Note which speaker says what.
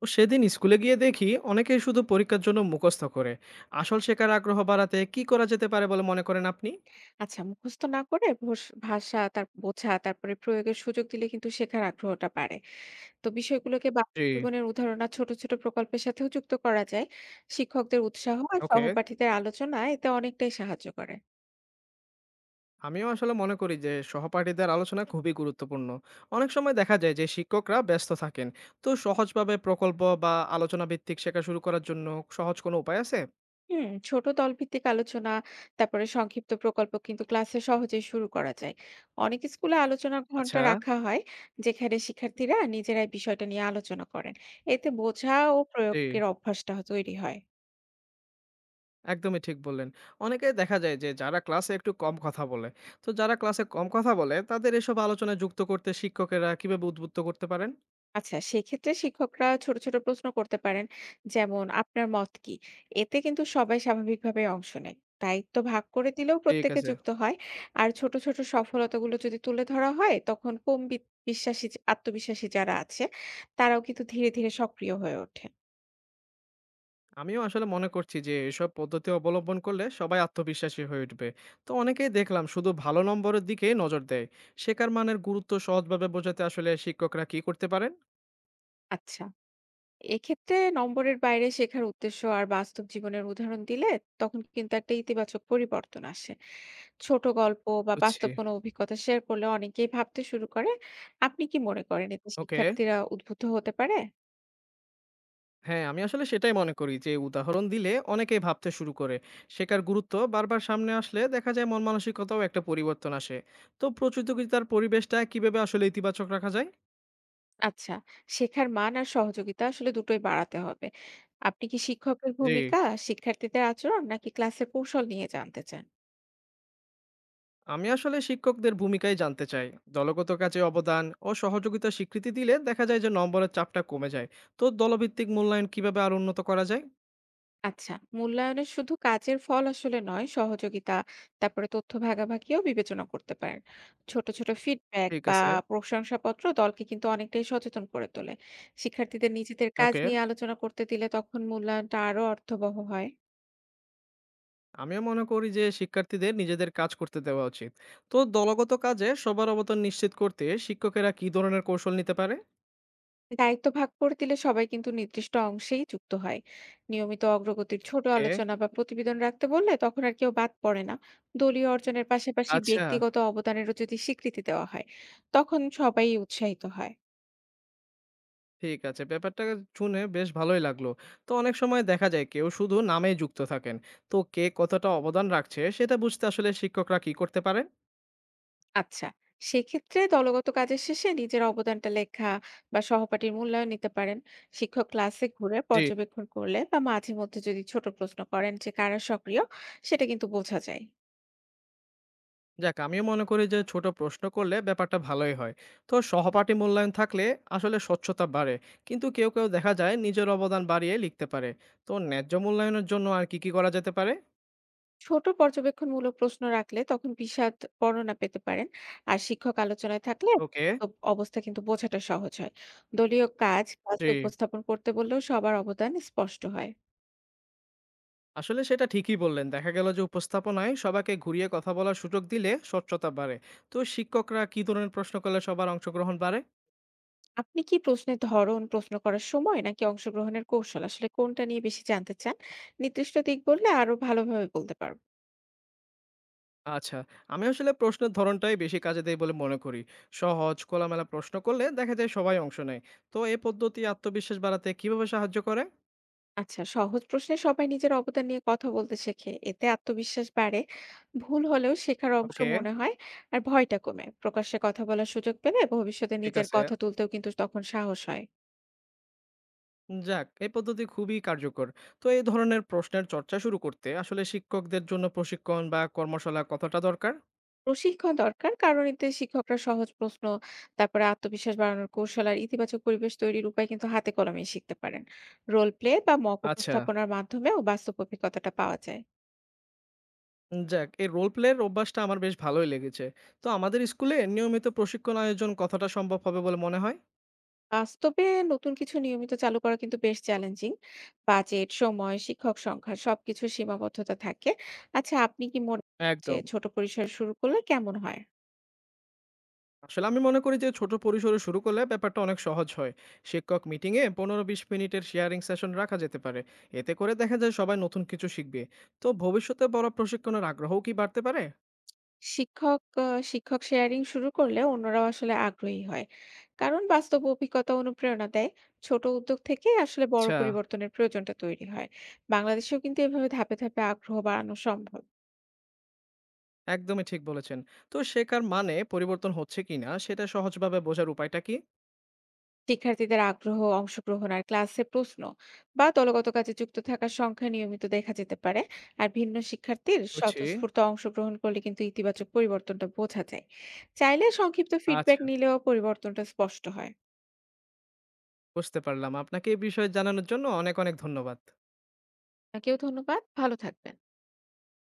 Speaker 1: তো সেদিন স্কুলে গিয়ে দেখি অনেকেই শুধু পরীক্ষার জন্য মুখস্থ করে। আসল শেখার আগ্রহ বাড়াতে কি করা যেতে পারে বলে মনে করেন আপনি?
Speaker 2: আচ্ছা, মুখস্থ না করে ভাষা তার বোঝা তারপরে প্রয়োগের সুযোগ দিলে কিন্তু শেখার আগ্রহটা বাড়ে। তো বিষয়গুলোকে বাস্তব
Speaker 1: জি।
Speaker 2: জীবনের উদাহরণ আর ছোট ছোট প্রকল্পের সাথেও যুক্ত করা যায়। শিক্ষকদের উৎসাহ আর
Speaker 1: ওকে।
Speaker 2: সহপাঠীদের আলোচনা এতে অনেকটাই সাহায্য করে।
Speaker 1: আমিও আসলে মনে করি যে সহপাঠীদের আলোচনা খুবই গুরুত্বপূর্ণ। অনেক সময় দেখা যায় যে শিক্ষকরা ব্যস্ত থাকেন। তো সহজভাবে প্রকল্প বা আলোচনা ভিত্তিক শেখা শুরু করার জন্য সহজ কোনো উপায় আছে?
Speaker 2: হুম, ছোট দলভিত্তিক আলোচনা, তারপরে সংক্ষিপ্ত প্রকল্প কিন্তু ক্লাসে সহজেই শুরু করা যায়। অনেক স্কুলে আলোচনা ঘন্টা
Speaker 1: আচ্ছা।
Speaker 2: রাখা হয়, যেখানে শিক্ষার্থীরা নিজেরাই বিষয়টা নিয়ে আলোচনা করেন। এতে বোঝা ও
Speaker 1: জি।
Speaker 2: প্রয়োগের অভ্যাসটা তৈরি হয়।
Speaker 1: একদমই ঠিক বললেন। অনেকে দেখা যায় যে যারা ক্লাসে একটু কম কথা বলে। তো যারা ক্লাসে কম কথা বলে তাদের এসব আলোচনায় যুক্ত করতে শিক্ষকেরা কিভাবে উদ্বুদ্ধ করতে পারেন?
Speaker 2: আচ্ছা, সেক্ষেত্রে শিক্ষকরা ছোট, ছোট প্রশ্ন করতে পারেন। যেমন, "আপনার মত কি?" এতে কিন্তু সবাই স্বাভাবিকভাবে অংশ নেয়। দায়িত্ব ভাগ করে দিলেও
Speaker 1: ঠিক
Speaker 2: প্রত্যেকে
Speaker 1: আছে।
Speaker 2: যুক্ত হয়। আর ছোট, ছোট সফলতাগুলো যদি তুলে ধরা হয়, তখন কম বি বিশ্বাসী আত্মবিশ্বাসী যারা আছে, তারাও কিন্তু ধীরে, ধীরে সক্রিয় হয়ে ওঠে।
Speaker 1: আমিও আসলে মনে করছি যে এসব পদ্ধতি অবলম্বন করলে সবাই আত্মবিশ্বাসী হয়ে উঠবে। তো অনেকেই দেখলাম শুধু ভালো নম্বরের দিকেই নজর দেয়। শেখার মানের গুরুত্ব সহজভাবে বোঝাতে আসলে শিক্ষকরা কি করতে পারেন?
Speaker 2: আচ্ছা। এক্ষেত্রে নম্বরের বাইরে শেখার উদ্দেশ্য আর বাস্তব জীবনের উদাহরণ দিলে তখন কিন্তু একটা ইতিবাচক পরিবর্তন আসে। ছোট গল্প বা
Speaker 1: বুঝছি।
Speaker 2: বাস্তব কোনো অভিজ্ঞতা শেয়ার করলে অনেকেই ভাবতে শুরু করে। আপনি কি মনে করেন এতে
Speaker 1: ওকে।
Speaker 2: শিক্ষার্থীরা উদ্বুদ্ধ হতে পারে?
Speaker 1: হ্যাঁ, আমি আসলে সেটাই মনে করি যে উদাহরণ দিলে অনেকেই ভাবতে শুরু করে। শেখার গুরুত্ব বারবার সামনে আসলে দেখা যায় মন মানসিকতাও একটা পরিবর্তন আসে। তো প্রতিযোগিতার পরিবেশটা কিভাবে আসলে ইতিবাচক রাখা যায়?
Speaker 2: আচ্ছা, শেখার মান আর সহযোগিতা আসলে দুটোই বাড়াতে হবে। আপনি কি শিক্ষকের
Speaker 1: জি।
Speaker 2: ভূমিকা, শিক্ষার্থীদের আচরণ নাকি ক্লাসের কৌশল নিয়ে জানতে চান?
Speaker 1: আমি আসলে শিক্ষকদের ভূমিকাই জানতে চাই। দলগত কাজে অবদান ও সহযোগিতা স্বীকৃতি দিলে দেখা যায় যে নম্বরের চাপটা কমে যায়। তো দলভিত্তিক মূল্যায়ন কিভাবে আরো উন্নত করা যায়?
Speaker 2: আচ্ছা, মূল্যায়নে শুধু কাজের ফল আসলে নয়, সহযোগিতা, তারপরে তথ্য ভাগাভাগিও বিবেচনা করতে পারেন। ছোট, ছোট ফিডব্যাক
Speaker 1: ঠিক
Speaker 2: বা
Speaker 1: আছে।
Speaker 2: প্রশংসাপত্র দলকে কিন্তু অনেকটাই সচেতন করে তোলে। শিক্ষার্থীদের নিজেদের কাজ
Speaker 1: ওকে।
Speaker 2: নিয়ে আলোচনা করতে দিলে তখন মূল্যায়নটা আরো অর্থবহ হয়।
Speaker 1: আমিও মনে করি যে শিক্ষার্থীদের নিজেদের কাজ করতে দেওয়া উচিত। তো দলগত কাজে সবার অবদান নিশ্চিত করতে শিক্ষকেরা কি ধরনের কৌশল নিতে পারে?
Speaker 2: দায়িত্ব ভাগ করে দিলে সবাই কিন্তু নির্দিষ্ট অংশেই যুক্ত হয়। নিয়মিত অগ্রগতির ছোট
Speaker 1: ওকে।
Speaker 2: আলোচনা বা প্রতিবেদন রাখতে বললে তখন আর কেউ বাদ পড়ে না। দলীয় অর্জনের পাশাপাশি
Speaker 1: আচ্ছা।
Speaker 2: ব্যক্তিগত অবদানেরও যদি স্বীকৃতি দেওয়া হয়, তখন সবাই উৎসাহিত হয়।
Speaker 1: ঠিক আছে। ব্যাপারটা শুনে বেশ ভালোই লাগলো। তো অনেক সময় দেখা যায় কেউ শুধু নামেই যুক্ত থাকেন। তো কে কতটা অবদান রাখছে সেটা বুঝতে আসলে শিক্ষকরা কি করতে পারে?
Speaker 2: আচ্ছা, সেক্ষেত্রে দলগত কাজের শেষে নিজের অবদানটা লেখা বা সহপাঠীর মূল্যায়ন নিতে পারেন। শিক্ষক ক্লাসে ঘুরে
Speaker 1: জি।
Speaker 2: পর্যবেক্ষণ করলে বা মাঝে মধ্যে যদি ছোট প্রশ্ন করেন যে কারা সক্রিয়, সেটা কিন্তু বোঝা যায়।
Speaker 1: যাক, আমিও মনে করি যে ছোট প্রশ্ন করলে ব্যাপারটা ভালোই হয়। তো সহপাঠী মূল্যায়ন থাকলে আসলে স্বচ্ছতা বাড়ে। কিন্তু কেউ কেউ দেখা যায় নিজের অবদান বাড়িয়ে লিখতে পারে। তো ন্যায্য মূল্যায়নের জন্য আর কি কি করা যেতে পারে?
Speaker 2: ছোট পর্যবেক্ষণমূলক প্রশ্ন রাখলে তখন বিশদ বর্ণনা পেতে পারেন। আর শিক্ষক আলোচনায় থাকলে
Speaker 1: ওকে।
Speaker 2: বাস্তব অবস্থা কিন্তু বোঝাটা সহজ হয়। দলীয় কাজ
Speaker 1: জি।
Speaker 2: ক্লাসে উপস্থাপন করতে বললেও সবার অবদান স্পষ্ট হয়।
Speaker 1: আসলে সেটা ঠিকই বললেন। দেখা গেল যে উপস্থাপনায় সবাইকে ঘুরিয়ে কথা বলার সুযোগ দিলে স্বচ্ছতা বাড়ে। তো শিক্ষকরা কি ধরনের প্রশ্ন করলে সবার অংশগ্রহণ বাড়ে?
Speaker 2: আপনি কি প্রশ্নের ধরন, প্রশ্ন করার সময় নাকি অংশগ্রহণের কৌশল আসলে কোনটা নিয়ে বেশি জানতে চান? নির্দিষ্ট দিক বললে আরো ভালোভাবে বলতে পারব।
Speaker 1: আচ্ছা, আমি আসলে প্রশ্নের ধরনটাই বেশি কাজে দেয় বলে মনে করি। সহজ, খোলামেলা প্রশ্ন করলে দেখা যায় সবাই অংশ নেয়। তো এই পদ্ধতি আত্মবিশ্বাস বাড়াতে কিভাবে সাহায্য করে?
Speaker 2: আচ্ছা, সহজ প্রশ্নে সবাই নিজের অবদান নিয়ে কথা বলতে শেখে। এতে আত্মবিশ্বাস বাড়ে। ভুল হলেও শেখার অংশ
Speaker 1: ওকে।
Speaker 2: মনে হয় আর ভয়টা কমে। প্রকাশ্যে কথা বলার সুযোগ পেলে ভবিষ্যতে
Speaker 1: ঠিক
Speaker 2: নিজের
Speaker 1: আছে।
Speaker 2: কথা তুলতেও কিন্তু তখন সাহস হয়।
Speaker 1: যাক, এই পদ্ধতি খুবই কার্যকর। তো এই ধরনের প্রশ্নের চর্চা শুরু করতে আসলে শিক্ষকদের জন্য প্রশিক্ষণ বা কর্মশালা কতটা দরকার?
Speaker 2: প্রশিক্ষণ দরকার। কারণ এতে শিক্ষকরা সহজ প্রশ্ন, তারপরে আত্মবিশ্বাস বাড়ানোর কৌশল আর ইতিবাচক পরিবেশ তৈরির উপায় কিন্তু হাতে কলমেই শিখতে পারেন। রোল প্লে বা মক
Speaker 1: আচ্ছা,
Speaker 2: উপস্থাপনার মাধ্যমেও বাস্তব অভিজ্ঞতাটা পাওয়া যায়।
Speaker 1: যাক, এই রোল প্লের অভ্যাসটা আমার বেশ ভালোই লেগেছে। তো আমাদের স্কুলে নিয়মিত প্রশিক্ষণ আয়োজন কতটা সম্ভব হবে বলে মনে হয়?
Speaker 2: বাস্তবে নতুন কিছু নিয়মিত চালু করা কিন্তু বেশ চ্যালেঞ্জিং। বাজেট, সময়, শিক্ষক সংখ্যা সবকিছুর সীমাবদ্ধতা থাকে। আচ্ছা, আপনি কি মনে করেন যে
Speaker 1: একদম।
Speaker 2: ছোট পরিসরে শুরু করলে কেমন হয়?
Speaker 1: আসলে আমি মনে করি যে ছোট পরিসরে শুরু করলে ব্যাপারটা অনেক সহজ হয়। শিক্ষক মিটিংয়ে 15-20 মিনিটের শেয়ারিং সেশন রাখা যেতে পারে। এতে করে দেখা যায় সবাই নতুন কিছু শিখবে। তো ভবিষ্যতে বড় প্রশিক্ষণের আগ্রহও কি বাড়তে পারে?
Speaker 2: শিক্ষক আ শিক্ষক শেয়ারিং শুরু করলে অন্যরাও আসলে আগ্রহী হয়। কারণ বাস্তব অভিজ্ঞতা অনুপ্রেরণা দেয়। ছোট উদ্যোগ থেকে আসলে বড়
Speaker 1: আচ্ছা।
Speaker 2: পরিবর্তনের প্রয়োজনটা তৈরি হয়। বাংলাদেশেও কিন্তু এভাবে ধাপে, ধাপে আগ্রহ বাড়ানো সম্ভব।
Speaker 1: একদমই ঠিক বলেছেন। তো শেখার মানে পরিবর্তন হচ্ছে কিনা সেটা সহজভাবে বোঝার উপায়টা কি?
Speaker 2: শিক্ষার্থীদের আগ্রহ, অংশগ্রহণ আর ক্লাসে প্রশ্ন বা দলগত কাজে যুক্ত থাকার সংখ্যা নিয়মিত দেখা যেতে পারে। আর ভিন্ন শিক্ষার্থীর
Speaker 1: বুঝছি।
Speaker 2: স্বতঃস্ফূর্ত অংশগ্রহণ করলে কিন্তু ইতিবাচক পরিবর্তনটা বোঝা যায়। চাইলে সংক্ষিপ্ত ফিডব্যাক
Speaker 1: আচ্ছা।
Speaker 2: নিলেও পরিবর্তনটা স্পষ্ট হয়।
Speaker 1: বুঝতে পারলাম। আপনাকে এই বিষয়ে জানানোর জন্য অনেক অনেক ধন্যবাদ।
Speaker 2: আপনাকেও ধন্যবাদ। ভালো থাকবেন।